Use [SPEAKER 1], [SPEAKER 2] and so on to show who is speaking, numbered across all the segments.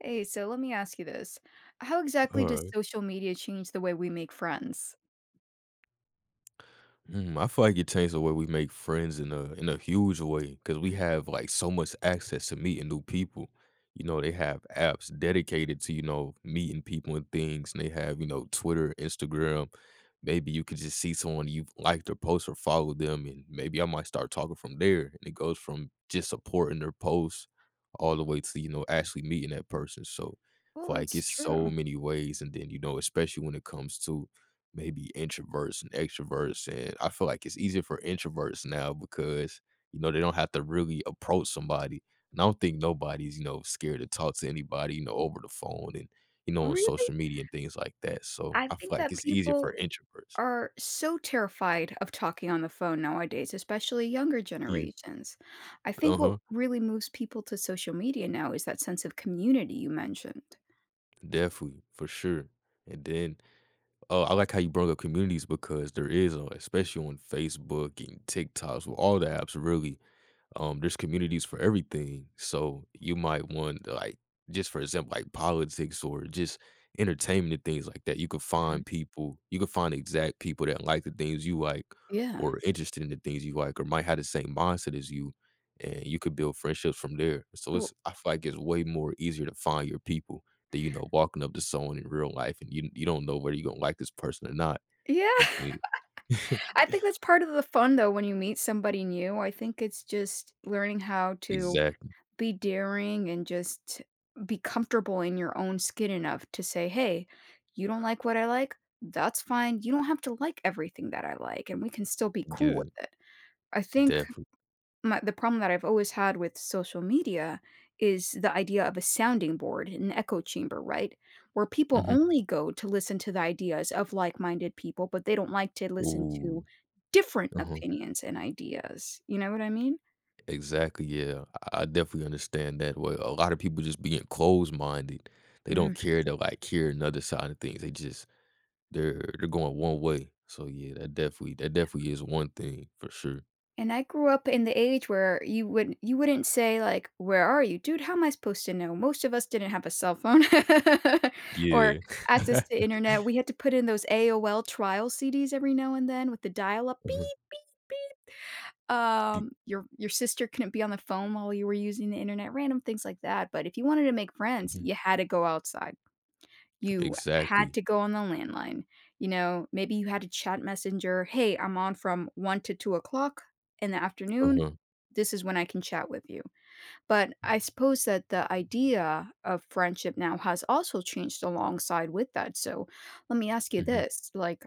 [SPEAKER 1] Hey, so let me ask you this. How exactly does
[SPEAKER 2] Alright.
[SPEAKER 1] social media change the way we make friends?
[SPEAKER 2] I feel like it changed the way we make friends in a huge way because we
[SPEAKER 1] Mhm.
[SPEAKER 2] have, like, so much access to meeting new people. You know, they have apps dedicated to, you know, meeting people and things, and they have, you know, Twitter, Instagram. Maybe you could just see someone you've liked or post or follow them, and maybe I might start talking from there, and it goes from just supporting their posts all the way to, you know, actually meeting that person, so,
[SPEAKER 1] Well,
[SPEAKER 2] like,
[SPEAKER 1] that's
[SPEAKER 2] it's so
[SPEAKER 1] true.
[SPEAKER 2] many ways, and then, you know, especially when it comes to maybe introverts and extroverts, and I feel like it's easier for introverts now because, you know, they don't have to really approach somebody, and I don't think nobody's, you know, scared to talk to anybody, you know, over the phone and, you know, on
[SPEAKER 1] Really?
[SPEAKER 2] social media and things like that, so
[SPEAKER 1] I
[SPEAKER 2] I
[SPEAKER 1] think
[SPEAKER 2] feel like
[SPEAKER 1] that
[SPEAKER 2] it's easier
[SPEAKER 1] people
[SPEAKER 2] for introverts.
[SPEAKER 1] are so terrified of talking on the phone nowadays, especially younger
[SPEAKER 2] Yeah.
[SPEAKER 1] generations. I think what
[SPEAKER 2] Uh-huh.
[SPEAKER 1] really moves people to social media now is that sense of community you mentioned.
[SPEAKER 2] Definitely, for sure, and then, oh, I like how you brought up communities because there is, especially on Facebook and TikToks, well, all the apps really. There's communities for everything, so you might want, like, just for example, like politics or just entertainment and things like that. You could
[SPEAKER 1] Mhm.
[SPEAKER 2] find people, you could find exact people that like the things you like
[SPEAKER 1] Yeah.
[SPEAKER 2] or interested in the things you like or might have the same mindset as you, and you could build friendships from there. So it's,
[SPEAKER 1] Well,
[SPEAKER 2] I feel like it's way more easier to find your people than, you know, walking up to someone in real life and you don't know whether you're gonna like this person or not,
[SPEAKER 1] yeah.
[SPEAKER 2] and think.
[SPEAKER 1] I think that's part of the fun though when you meet somebody new. I think it's just learning how to
[SPEAKER 2] Exactly.
[SPEAKER 1] be daring and just be comfortable in your own skin enough to say, "Hey, you don't like what I like? That's fine. You don't have to like everything that I like, and we can still be cool
[SPEAKER 2] Yeah,
[SPEAKER 1] with it." I think
[SPEAKER 2] definitely.
[SPEAKER 1] my the problem that I've always had with social media is the idea of a sounding board, an echo chamber, right? Where people
[SPEAKER 2] Hmm.
[SPEAKER 1] only go to listen to the ideas of like-minded people, but they don't like to listen to
[SPEAKER 2] Ooh.
[SPEAKER 1] different
[SPEAKER 2] Uh-huh.
[SPEAKER 1] opinions and ideas. You know what I mean?
[SPEAKER 2] Exactly, yeah. I definitely understand that. Well, a lot of people just being closed-minded. They
[SPEAKER 1] Mm.
[SPEAKER 2] don't care to, like, hear another side of things. They just, they're going one way. So, yeah, that definitely, that definitely is one thing for sure.
[SPEAKER 1] And I grew up in the age where you wouldn't say like, "Where are you?" "Dude, how am I supposed to know?" Most of us didn't have a cell phone or
[SPEAKER 2] Yeah.
[SPEAKER 1] access to internet. We had to put in those AOL trial CDs every now and then with the dial-up, "beep."
[SPEAKER 2] Mhm. D
[SPEAKER 1] Your sister couldn't be on the phone while you were using the internet, random things like that, but if you wanted to make friends,
[SPEAKER 2] Mhm.
[SPEAKER 1] you had to go outside. You had
[SPEAKER 2] Exactly.
[SPEAKER 1] to go on the landline, you know, maybe you had a chat messenger, "Hey, I'm on from 1 to 2 o'clock in the afternoon.
[SPEAKER 2] Uh-huh.
[SPEAKER 1] This is when I can chat with you." But I suppose that the idea of friendship now has also changed alongside with that, so let me ask you
[SPEAKER 2] Mhm,
[SPEAKER 1] this, like,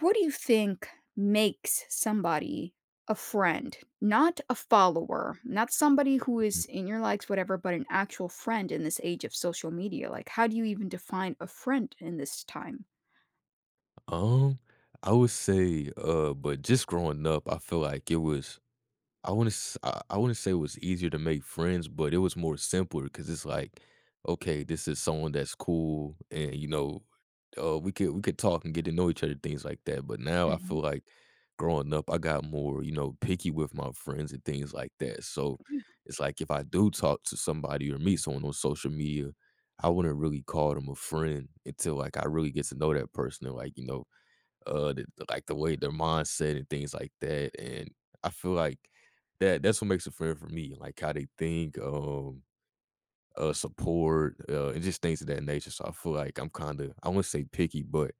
[SPEAKER 1] what do you think makes somebody a friend? Not a follower, not somebody who
[SPEAKER 2] mhm.
[SPEAKER 1] is in your likes, whatever, but an actual friend in this age of social media. Like, how do you even define a friend in this time?
[SPEAKER 2] Um, I would say, but just growing up, I feel like it was, I wouldn't say it was easier to make friends, but it was more simpler because it's like, "Okay, this is someone that's cool," and, you know, we could talk and get to know each other, things like that. But now I
[SPEAKER 1] Mhm.
[SPEAKER 2] feel like growing up, I got more, you know, picky with my friends and things like that. So
[SPEAKER 1] Yeah,
[SPEAKER 2] it's like if I do talk to somebody or meet someone on social media, I wouldn't really call them a friend until, like, I really get to know that person and, like, you know, like the way their mindset and things like that. And I feel like that, that's what makes a friend for me, like how they think, support, and just things of that nature. So I feel like I'm kind of, I wouldn't say picky, but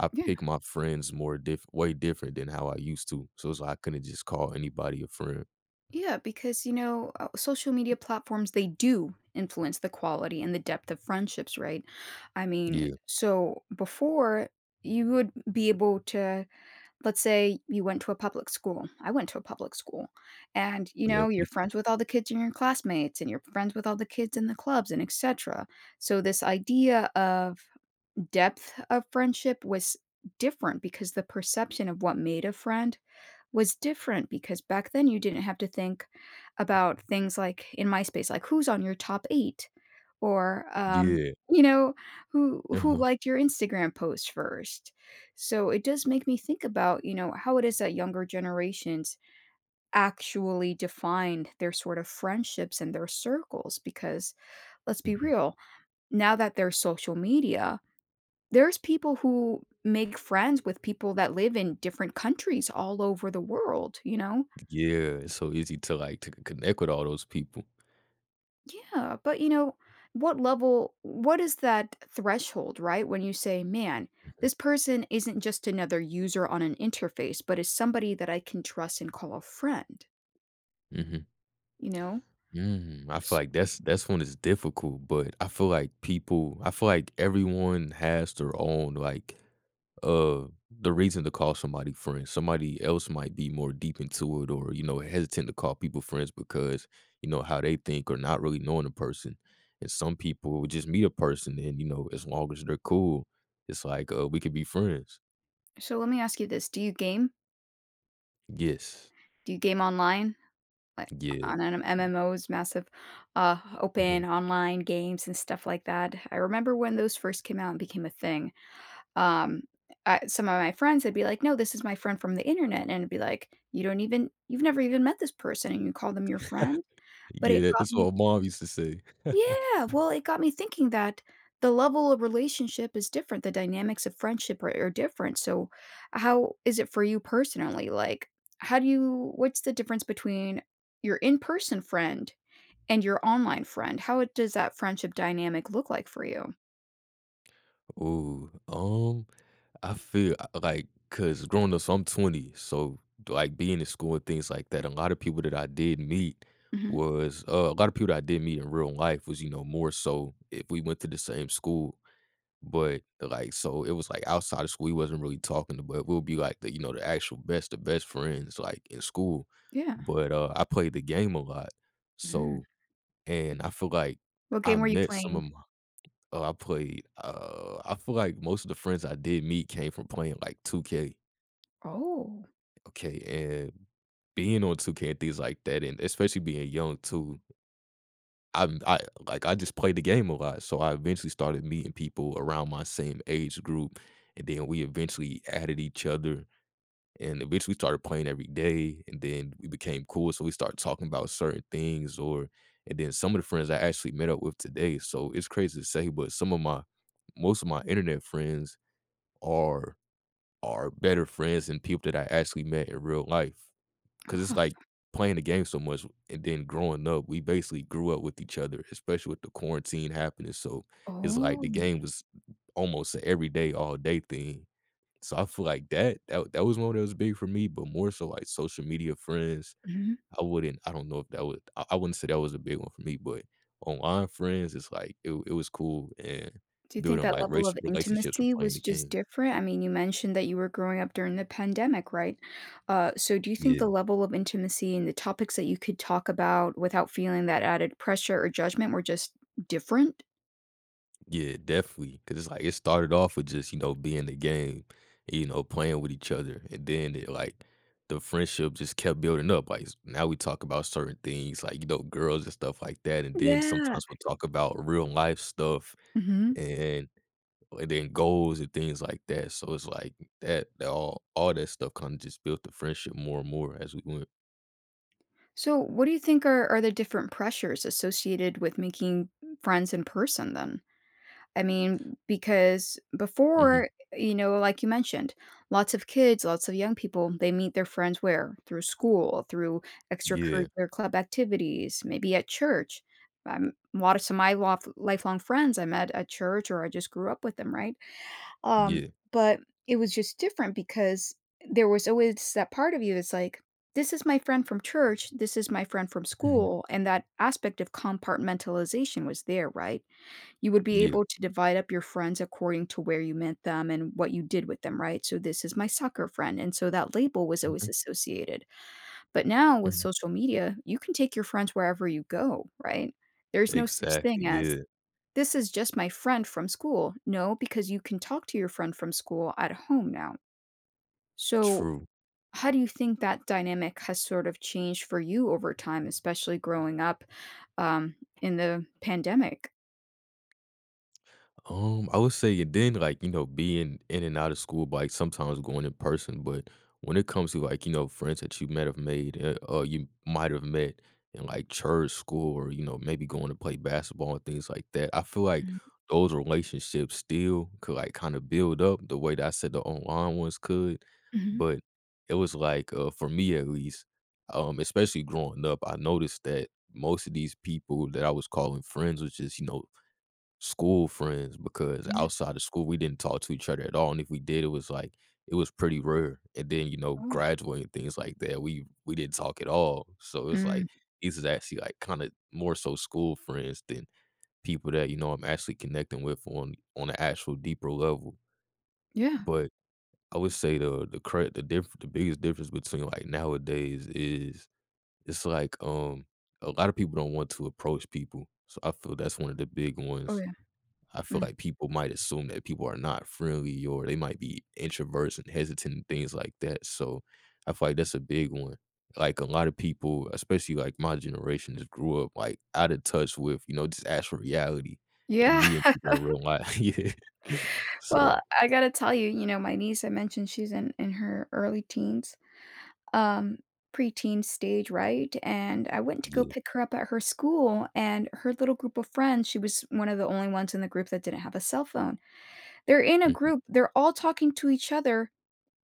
[SPEAKER 2] I
[SPEAKER 1] yeah,
[SPEAKER 2] pick my friends more diff way different than how I used to. So it's like I couldn't just call anybody a friend.
[SPEAKER 1] yeah, because you know, social media platforms they do influence the quality and the depth of friendships, right? I mean,
[SPEAKER 2] Yeah,
[SPEAKER 1] so before you would be able to let's say you went to a public school. I went to a public school. And, you
[SPEAKER 2] yeah,
[SPEAKER 1] know, you're
[SPEAKER 2] me too.
[SPEAKER 1] friends with all the kids in your classmates and you're friends with all the kids in the clubs and etc. So this idea of depth of friendship was different because the perception of what made a friend was different because back then you didn't have to think about things like in MySpace, like who's on your top eight? Or,
[SPEAKER 2] Yeah.
[SPEAKER 1] you know, who who
[SPEAKER 2] Uh-huh.
[SPEAKER 1] liked your Instagram post first. So it does make me think about, you know, how it is that younger generations actually defined their sort of friendships and their circles because let's be
[SPEAKER 2] Mhm,
[SPEAKER 1] real, now that there's social media, there's people who make friends with people that live in different countries all over the world, you know?
[SPEAKER 2] yeah, it's so easy to, like, to connect with all those people.
[SPEAKER 1] Yeah, but you know, what level, what is that threshold, right? When you say, man,
[SPEAKER 2] Mhm,
[SPEAKER 1] this person isn't just another user on an interface, but is somebody that I can trust and call a friend,
[SPEAKER 2] mhm.
[SPEAKER 1] you know?
[SPEAKER 2] I feel
[SPEAKER 1] S-
[SPEAKER 2] like that's when it's difficult, but I feel like people, I feel like everyone has their own, like, the reason to call somebody friends. Somebody else might be more deep into it or, you know, hesitant to call people friends because, you know, how they think or not really knowing a person. And some people just meet a person and, you know, as long as they're cool, it's like, we could be friends.
[SPEAKER 1] So let me ask you this. Do you game?
[SPEAKER 2] Yes.
[SPEAKER 1] Do you game online? Like,
[SPEAKER 2] Yeah.
[SPEAKER 1] on an MMOs, massive,
[SPEAKER 2] Mhm.
[SPEAKER 1] open online games and stuff like that. I remember when those first came out and became a thing. Um, I some of my friends would be like, "No, this is my friend from the internet," and it'd be like, "You don't even you've never even met this person, and you call them your friend?" But
[SPEAKER 2] Yeah,
[SPEAKER 1] it
[SPEAKER 2] that,
[SPEAKER 1] got
[SPEAKER 2] that's
[SPEAKER 1] me
[SPEAKER 2] what my mom used to say.
[SPEAKER 1] yeah, well, it got me thinking that the level of relationship is different. The dynamics of friendship are different. So, how is it for you personally? Like, how do you, what's the difference between your in person friend and your online friend? Does that friendship dynamic look like for you?
[SPEAKER 2] Ooh, I feel, like, cause growing up, so I'm 20, so like being in school and things like that, a lot of people that I did meet
[SPEAKER 1] Hmm.
[SPEAKER 2] was, a lot of people that I did meet in real life was, you know, more so if we went to the same school. But like, so it was like outside of school, we wasn't really talking, but we'll be like the, you know, the actual best, the best friends like in school.
[SPEAKER 1] Yeah.
[SPEAKER 2] But I played the game a lot.
[SPEAKER 1] Mm.
[SPEAKER 2] So, and I feel like
[SPEAKER 1] What
[SPEAKER 2] I
[SPEAKER 1] game were you
[SPEAKER 2] met some of
[SPEAKER 1] playing?
[SPEAKER 2] my, oh, I played, I feel like most of the friends I did meet came from playing like 2K,
[SPEAKER 1] Oh,
[SPEAKER 2] okay, and being on 2K and things like that. And especially being young too, I'm I like I just played the game a lot, so I eventually started meeting people around my same age group, and then we eventually added each other, and eventually started playing every day, and then we became cool, so we started talking about certain things. Or and then some of the friends I actually met up with today, so it's crazy to say, but some of my, most of my internet friends are are better friends and people that I actually met in real life. Cause it's
[SPEAKER 1] ah,
[SPEAKER 2] like playing the game so much and then growing up, we basically grew up with each other, especially with the quarantine happening. So it's like
[SPEAKER 1] oh,
[SPEAKER 2] the game was almost a everyday, all day thing. So I feel like that was one that was big for me, but more so like social media friends.
[SPEAKER 1] mhm.
[SPEAKER 2] I wouldn't, I don't know if that was, I wouldn't say that was a big one for me. But online friends, it's like it was cool and
[SPEAKER 1] Do you think
[SPEAKER 2] building
[SPEAKER 1] that
[SPEAKER 2] like
[SPEAKER 1] level
[SPEAKER 2] racial
[SPEAKER 1] of
[SPEAKER 2] relationships from
[SPEAKER 1] intimacy
[SPEAKER 2] playing
[SPEAKER 1] was
[SPEAKER 2] the
[SPEAKER 1] just
[SPEAKER 2] game.
[SPEAKER 1] different? I mean, you mentioned that you were growing up during the pandemic, right? So do you think
[SPEAKER 2] Yeah.
[SPEAKER 1] the level of intimacy and the topics that you could talk about without feeling that added pressure or judgment were just different?
[SPEAKER 2] Yeah, definitely. Cause it's like it started off with just, you know, being the game, you know, playing with each other. And then it, like, the friendship just kept building up. Like now we talk about certain things, like, you know, girls and stuff like that. And then
[SPEAKER 1] Yeah.
[SPEAKER 2] sometimes we'll talk about real life stuff
[SPEAKER 1] Hmm.
[SPEAKER 2] and and then goals and things like that. So it's like that, that all that stuff kind of just built the friendship more and more as we went.
[SPEAKER 1] So what do you think are the different pressures associated with making friends in person then? I mean, because
[SPEAKER 2] Hmm.
[SPEAKER 1] before, you know, like you mentioned, lots of kids, lots of young people, they meet their friends where? Through school, through
[SPEAKER 2] Yeah.
[SPEAKER 1] extracurricular club activities, maybe at church. A lot of some of my lifelong friends I met at church or I just grew up with them, right? Um,
[SPEAKER 2] Yeah.
[SPEAKER 1] but it was just different because there was always that part of you that's like, this is my friend from church, this is my friend from
[SPEAKER 2] Hmm.
[SPEAKER 1] school. And that aspect of compartmentalization was there, right? You would be
[SPEAKER 2] Yeah.
[SPEAKER 1] able to divide up your friends according to where you met them and what you did with them, right? So this is my soccer friend, and so that label was always
[SPEAKER 2] Hmm.
[SPEAKER 1] associated. But now with
[SPEAKER 2] Hmm.
[SPEAKER 1] social media, you can take your friends wherever you go, right? There's no such
[SPEAKER 2] Exactly.
[SPEAKER 1] thing as,
[SPEAKER 2] Yeah.
[SPEAKER 1] "This is just my friend from school." No, because you can talk to your friend from school at home now. So,
[SPEAKER 2] True.
[SPEAKER 1] how do you think that dynamic has sort of changed for you over time, especially growing up, um, in the pandemic?
[SPEAKER 2] I would say it then, like, you know, being in and out of school, but, like, sometimes going in person. But when it comes to, like, you know, friends that you might have made, you might have met in, like, church, school, or, you know, maybe going to play basketball and things like that. I feel like
[SPEAKER 1] Mhm.
[SPEAKER 2] those relationships still could, like, kind of build up the way that I said the online ones could.
[SPEAKER 1] Mhm.
[SPEAKER 2] But it was like, for me at least, especially growing up, I noticed that most of these people that I was calling friends was just, you know, school friends because
[SPEAKER 1] Yeah.
[SPEAKER 2] outside of school, we didn't talk to each other at all, and if we did, it was, like, it was pretty rare. And then, you know,
[SPEAKER 1] Oh.
[SPEAKER 2] graduating, things like that, we didn't talk at all. So it's, like,
[SPEAKER 1] Mm.
[SPEAKER 2] these is actually, like, kinda more so school friends than people that, you know, I'm actually connecting with on an actual deeper level.
[SPEAKER 1] Yeah.
[SPEAKER 2] But I would say the cra the diff the biggest difference between, like, nowadays is, it's, like, a lot of people don't want to approach people. So I feel that's one of the big
[SPEAKER 1] Oh,
[SPEAKER 2] ones.
[SPEAKER 1] yeah.
[SPEAKER 2] I feel
[SPEAKER 1] Mm.
[SPEAKER 2] like people might assume that people are not friendly, or they might be introverts and hesitant and things like that. So I feel like that's a big one. Like a lot of people, especially like my generation, just grew up like out of touch with, you know, just actual reality and
[SPEAKER 1] Yeah.
[SPEAKER 2] meeting people in real life. Yeah.
[SPEAKER 1] Well,
[SPEAKER 2] So
[SPEAKER 1] I gotta tell you, you know, my niece, I mentioned she's in her early teens, um, preteen stage, right? And I went to go
[SPEAKER 2] yeah.
[SPEAKER 1] pick her up at her school, and her little group of friends, she was one of the only ones in the group that didn't have a cell phone. They're in a
[SPEAKER 2] Mhm.
[SPEAKER 1] group, they're all talking to each other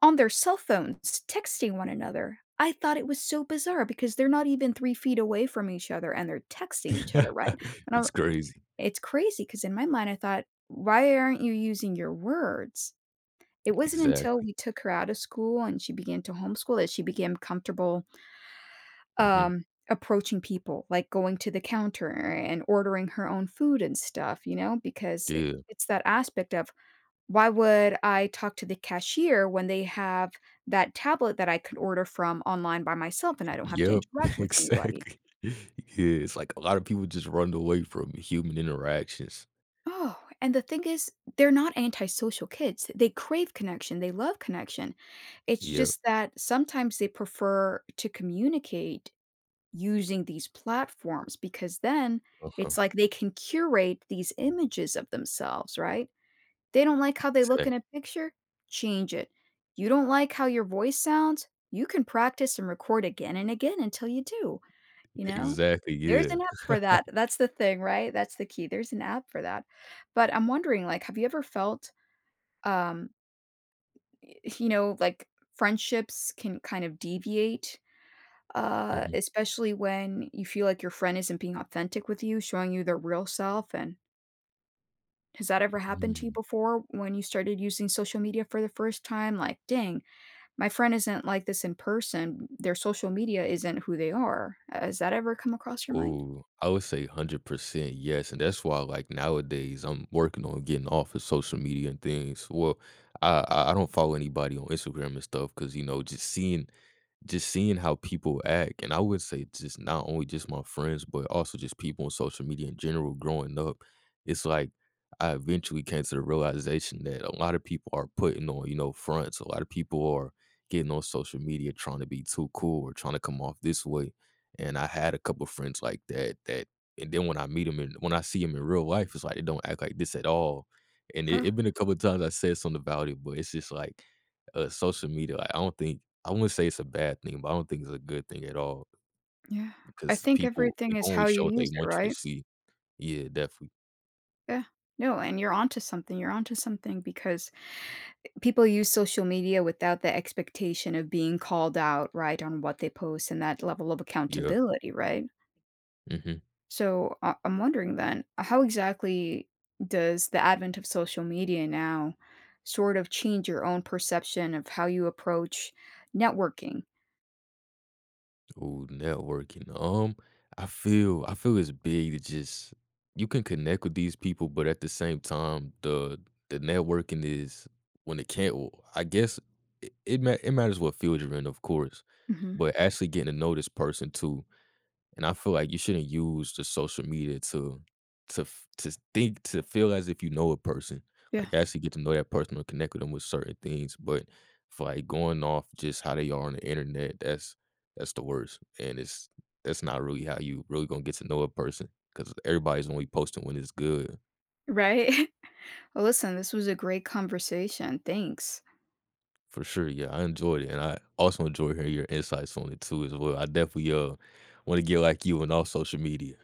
[SPEAKER 1] on their cell phones, texting one another. I thought it was so bizarre because they're not even 3 feet away from each other, and they're texting each other, right? And I
[SPEAKER 2] It's crazy.
[SPEAKER 1] It's crazy because in my mind, I thought, "Why aren't you using your words?" It wasn't until
[SPEAKER 2] Exactly.
[SPEAKER 1] we took her out of school and she began to homeschool that she became comfortable,
[SPEAKER 2] Hmm.
[SPEAKER 1] um, approaching people, like going to the counter and ordering her own food and stuff, you know, because I
[SPEAKER 2] Yeah.
[SPEAKER 1] it's that aspect of, why would I talk to the cashier when they have that tablet that I could order from online by myself and I don't have to
[SPEAKER 2] Yep.
[SPEAKER 1] interact with anybody?
[SPEAKER 2] Exactly. Yeah. It's like a lot of people just run away from human interactions.
[SPEAKER 1] Oh, and the thing is, they're not antisocial kids. They crave connection. They love connection. It's
[SPEAKER 2] Yep.
[SPEAKER 1] just that sometimes they prefer to communicate using these platforms because then
[SPEAKER 2] Uh-huh.
[SPEAKER 1] it's like they can curate these images of themselves, right? They don't like how they look in
[SPEAKER 2] Exact
[SPEAKER 1] a picture, change it. You don't like how your voice sounds, you can practice and record again and again until you do. You know?
[SPEAKER 2] exactly,
[SPEAKER 1] There's
[SPEAKER 2] yeah.
[SPEAKER 1] an app for that. That's the thing, right? That's the key. There's an app for that. But I'm wondering, like, have you ever felt, um, y you know, like, friendships can kind of deviate,
[SPEAKER 2] Mhm,
[SPEAKER 1] especially when you feel like your friend isn't being authentic with you, showing you their real self, and has that ever happened to you
[SPEAKER 2] mhm.
[SPEAKER 1] before when you started using social media for the first time? Like, "Dang, my friend isn't like this in person. Their social media isn't who they are." Has that ever come across your mind?
[SPEAKER 2] Oh, I would say 100% yes, and that's why, like, nowadays, I'm working on getting off of social media and things. Well, I don't follow anybody on Instagram and stuff because, you know, just seeing, just seeing how people act. And I would say just not only just my friends but also just people on social media in general growing up, it's like I eventually came to the realization that a lot of people are putting on, you know, fronts. A lot of people are getting on social media trying to be too cool or trying to come off this way. And I had a couple friends like that, that, and then when I meet them and when I see them in real life, it's like they don't act like this at all. And it been a couple of times I said something about it, but it's just like, social media, like, I don't think, I wouldn't say it's a bad thing, but I don't think it's a good thing at all
[SPEAKER 1] Yeah. I
[SPEAKER 2] because
[SPEAKER 1] think
[SPEAKER 2] people
[SPEAKER 1] everything is
[SPEAKER 2] people only
[SPEAKER 1] how you
[SPEAKER 2] show what
[SPEAKER 1] use
[SPEAKER 2] they
[SPEAKER 1] it,
[SPEAKER 2] want you to
[SPEAKER 1] right?
[SPEAKER 2] see. Yeah, definitely.
[SPEAKER 1] Yeah. No, and you're onto something. You're onto something because people use social media without the expectation of being called out, right, on what they post and that level of
[SPEAKER 2] Yeah.
[SPEAKER 1] accountability, right?
[SPEAKER 2] Mhm.
[SPEAKER 1] So I'm wondering then, how exactly does the advent of social media now sort of change your own perception of how you approach networking?
[SPEAKER 2] Ooh, networking. I feel it's big to just, you can connect with these people, but at the same time, the networking is, when it can't. I guess it, it matters what field you're in, of course,
[SPEAKER 1] Mhm.
[SPEAKER 2] but actually getting to know this person too. And I feel like you shouldn't use the social media to, to think, to feel as if you know a person.
[SPEAKER 1] Yeah.
[SPEAKER 2] Like actually get to know that person or connect with them with certain things. But for like going off just how they are on the internet, that's the worst. And it's, that's not really how you really gonna get to know a person because everybody's only posting when it's good.
[SPEAKER 1] Right? Well, listen, this was a great conversation. Thanks.
[SPEAKER 2] For sure, yeah, I enjoyed it, and I also enjoy hearing your insights on it too as well. I definitely want to get like you on all social media.